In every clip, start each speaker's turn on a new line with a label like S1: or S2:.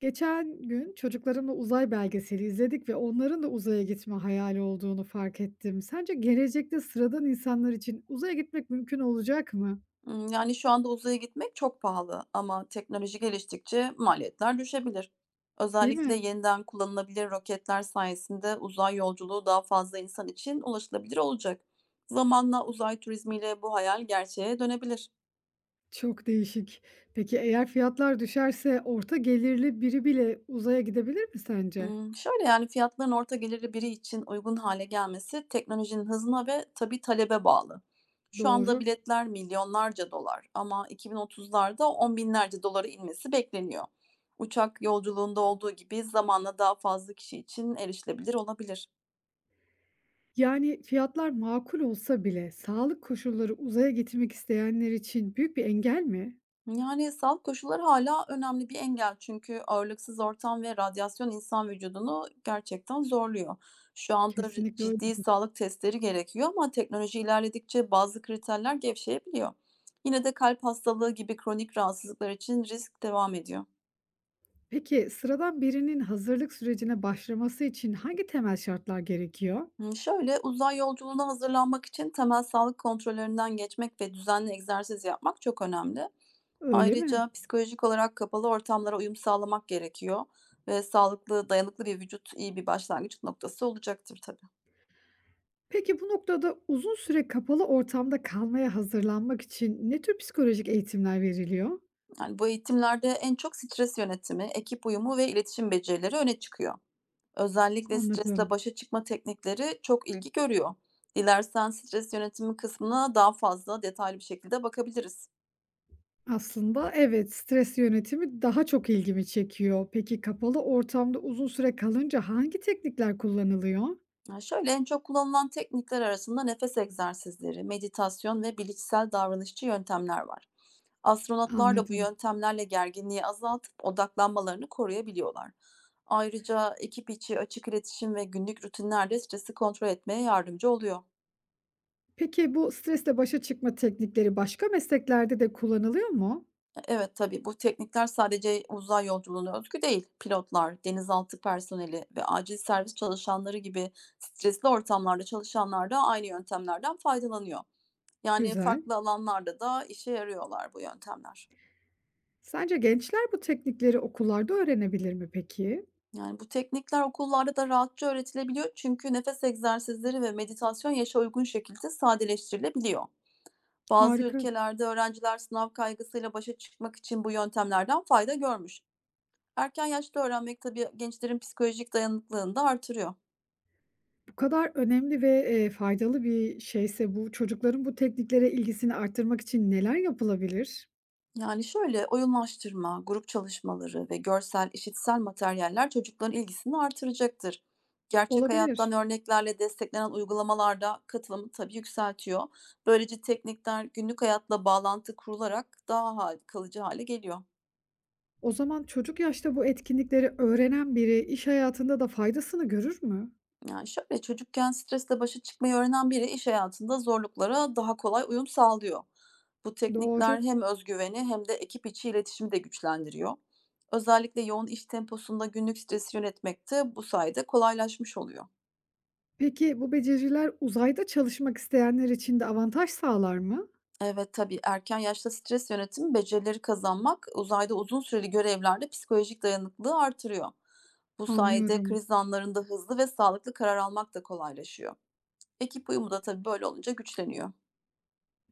S1: Geçen gün çocuklarımla uzay belgeseli izledik ve onların da uzaya gitme hayali olduğunu fark ettim. Sence gelecekte sıradan insanlar için uzaya gitmek mümkün olacak mı?
S2: Şu anda uzaya gitmek çok pahalı ama teknoloji geliştikçe maliyetler düşebilir.
S1: Değil
S2: Özellikle
S1: mi?
S2: yeniden kullanılabilir roketler sayesinde uzay yolculuğu daha fazla insan için ulaşılabilir olacak. Zamanla uzay turizmiyle bu hayal gerçeğe dönebilir.
S1: Çok değişik. Peki eğer fiyatlar düşerse orta gelirli biri bile uzaya gidebilir mi sence?
S2: Fiyatların orta gelirli biri için uygun hale gelmesi teknolojinin hızına ve tabii talebe bağlı. Şu anda
S1: Doğru.
S2: biletler milyonlarca dolar ama 2030'larda on binlerce dolara inmesi bekleniyor. Uçak yolculuğunda olduğu gibi zamanla daha fazla kişi için erişilebilir olabilir.
S1: Yani fiyatlar makul olsa bile sağlık koşulları uzaya gitmek isteyenler için büyük bir engel mi?
S2: Yani, sağlık koşulları hala önemli bir engel çünkü ağırlıksız ortam ve radyasyon insan vücudunu gerçekten zorluyor. Şu anda
S1: Kesinlikle öyle.
S2: ciddi sağlık testleri gerekiyor ama teknoloji ilerledikçe bazı kriterler gevşeyebiliyor. Yine de kalp hastalığı gibi kronik rahatsızlıklar için risk devam ediyor.
S1: Peki, sıradan birinin hazırlık sürecine başlaması için hangi temel şartlar gerekiyor?
S2: Uzay yolculuğuna hazırlanmak için temel sağlık kontrollerinden geçmek ve düzenli egzersiz yapmak çok önemli.
S1: Öyle mi?
S2: Ayrıca psikolojik olarak kapalı ortamlara uyum sağlamak gerekiyor ve sağlıklı, dayanıklı bir vücut iyi bir başlangıç noktası olacaktır tabii.
S1: Peki bu noktada uzun süre kapalı ortamda kalmaya hazırlanmak için ne tür psikolojik eğitimler veriliyor?
S2: Yani bu eğitimlerde en çok stres yönetimi, ekip uyumu ve iletişim becerileri öne çıkıyor. Özellikle stresle
S1: Anladım.
S2: başa çıkma teknikleri çok ilgi görüyor. Dilersen stres yönetimi kısmına daha fazla detaylı bir şekilde bakabiliriz.
S1: Aslında evet, stres yönetimi daha çok ilgimi çekiyor. Peki kapalı ortamda uzun süre kalınca hangi teknikler kullanılıyor?
S2: Yani şöyle, en çok kullanılan teknikler arasında nefes egzersizleri, meditasyon ve bilişsel davranışçı yöntemler var. Astronotlar da bu
S1: Anladım.
S2: yöntemlerle gerginliği azaltıp odaklanmalarını koruyabiliyorlar. Ayrıca ekip içi açık iletişim ve günlük rutinler de stresi kontrol etmeye yardımcı oluyor.
S1: Peki bu stresle başa çıkma teknikleri başka mesleklerde de kullanılıyor mu?
S2: Evet, tabii bu teknikler sadece uzay yolculuğuna özgü değil. Pilotlar, denizaltı personeli ve acil servis çalışanları gibi stresli ortamlarda çalışanlar da aynı yöntemlerden faydalanıyor. Yani
S1: Güzel.
S2: farklı alanlarda da işe yarıyorlar bu yöntemler.
S1: Sence gençler bu teknikleri okullarda öğrenebilir mi peki?
S2: Yani bu teknikler okullarda da rahatça öğretilebiliyor çünkü nefes egzersizleri ve meditasyon yaşa uygun şekilde sadeleştirilebiliyor. Bazı
S1: Harika.
S2: ülkelerde öğrenciler sınav kaygısıyla başa çıkmak için bu yöntemlerden fayda görmüş. Erken yaşta öğrenmek tabii gençlerin psikolojik dayanıklılığını da artırıyor.
S1: Bu kadar önemli ve faydalı bir şeyse bu, çocukların bu tekniklere ilgisini arttırmak için neler yapılabilir?
S2: Yani şöyle, oyunlaştırma, grup çalışmaları ve görsel, işitsel materyaller çocukların ilgisini artıracaktır. Gerçek
S1: Olabilir.
S2: hayattan örneklerle desteklenen uygulamalarda katılımı tabii yükseltiyor. Böylece teknikler günlük hayatla bağlantı kurularak kalıcı hale geliyor.
S1: O zaman çocuk yaşta bu etkinlikleri öğrenen biri iş hayatında da faydasını görür mü?
S2: Yani, şöyle, çocukken stresle başa çıkmayı öğrenen biri iş hayatında zorluklara daha kolay uyum sağlıyor. Bu
S1: Doğru.
S2: teknikler hem özgüveni hem de ekip içi iletişimi de güçlendiriyor. Özellikle yoğun iş temposunda günlük stresi yönetmekte bu sayede kolaylaşmış oluyor.
S1: Peki bu beceriler uzayda çalışmak isteyenler için de avantaj sağlar mı?
S2: Evet, tabii erken yaşta stres yönetimi becerileri kazanmak, uzayda uzun süreli görevlerde psikolojik dayanıklılığı artırıyor. Bu sayede
S1: Anlıyorum.
S2: kriz anlarında hızlı ve sağlıklı karar almak da kolaylaşıyor. Ekip uyumu da tabii böyle olunca güçleniyor.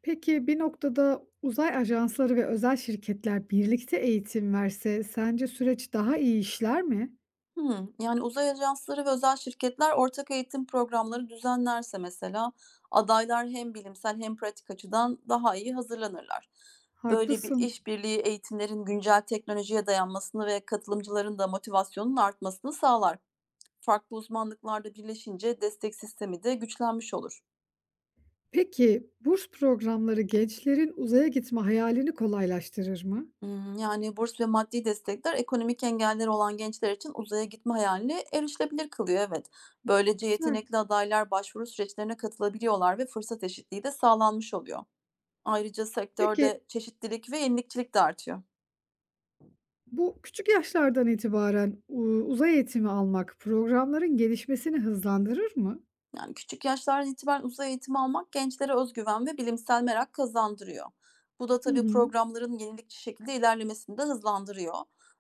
S1: Peki bir noktada uzay ajansları ve özel şirketler birlikte eğitim verse sence süreç daha iyi işler mi?
S2: Uzay ajansları ve özel şirketler ortak eğitim programları düzenlerse mesela adaylar hem bilimsel hem pratik açıdan daha iyi hazırlanırlar. Böyle bir
S1: Haklısın.
S2: işbirliği eğitimlerin güncel teknolojiye dayanmasını ve katılımcıların da motivasyonun artmasını sağlar. Farklı uzmanlıklarda birleşince destek sistemi de güçlenmiş olur.
S1: Peki burs programları gençlerin uzaya gitme hayalini kolaylaştırır mı?
S2: Burs ve maddi destekler ekonomik engelleri olan gençler için uzaya gitme hayalini erişilebilir kılıyor, evet. Böylece
S1: Güzel.
S2: yetenekli adaylar başvuru süreçlerine katılabiliyorlar ve fırsat eşitliği de sağlanmış oluyor. Ayrıca
S1: Peki
S2: sektörde çeşitlilik ve yenilikçilik de artıyor.
S1: bu küçük yaşlardan itibaren uzay eğitimi almak programların gelişmesini hızlandırır mı?
S2: Yani küçük yaşlardan itibaren uzay eğitimi almak gençlere özgüven ve bilimsel merak kazandırıyor. Bu da
S1: Hı
S2: tabii
S1: hı.
S2: programların yenilikçi şekilde ilerlemesini de hızlandırıyor.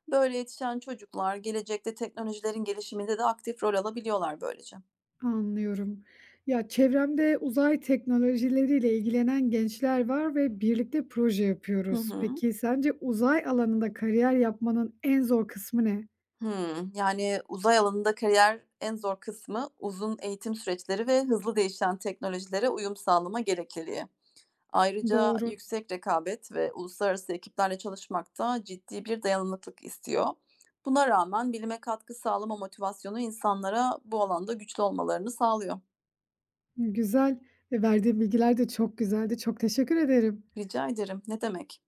S2: Böyle yetişen çocuklar gelecekte teknolojilerin gelişiminde de aktif rol alabiliyorlar böylece.
S1: Anlıyorum. Ya, çevremde uzay teknolojileriyle ilgilenen gençler var ve birlikte proje
S2: Hı
S1: yapıyoruz.
S2: hı.
S1: Peki sence uzay alanında kariyer yapmanın en zor kısmı ne?
S2: Uzay alanında kariyer en zor kısmı uzun eğitim süreçleri ve hızlı değişen teknolojilere uyum sağlama gerekliliği. Ayrıca
S1: Doğru.
S2: yüksek rekabet ve uluslararası ekiplerle çalışmak da ciddi bir dayanıklılık istiyor. Buna rağmen bilime katkı sağlama motivasyonu insanlara bu alanda güçlü olmalarını sağlıyor.
S1: Güzel. Ve verdiğin bilgiler de çok güzeldi. Çok teşekkür ederim.
S2: Rica ederim, ne demek.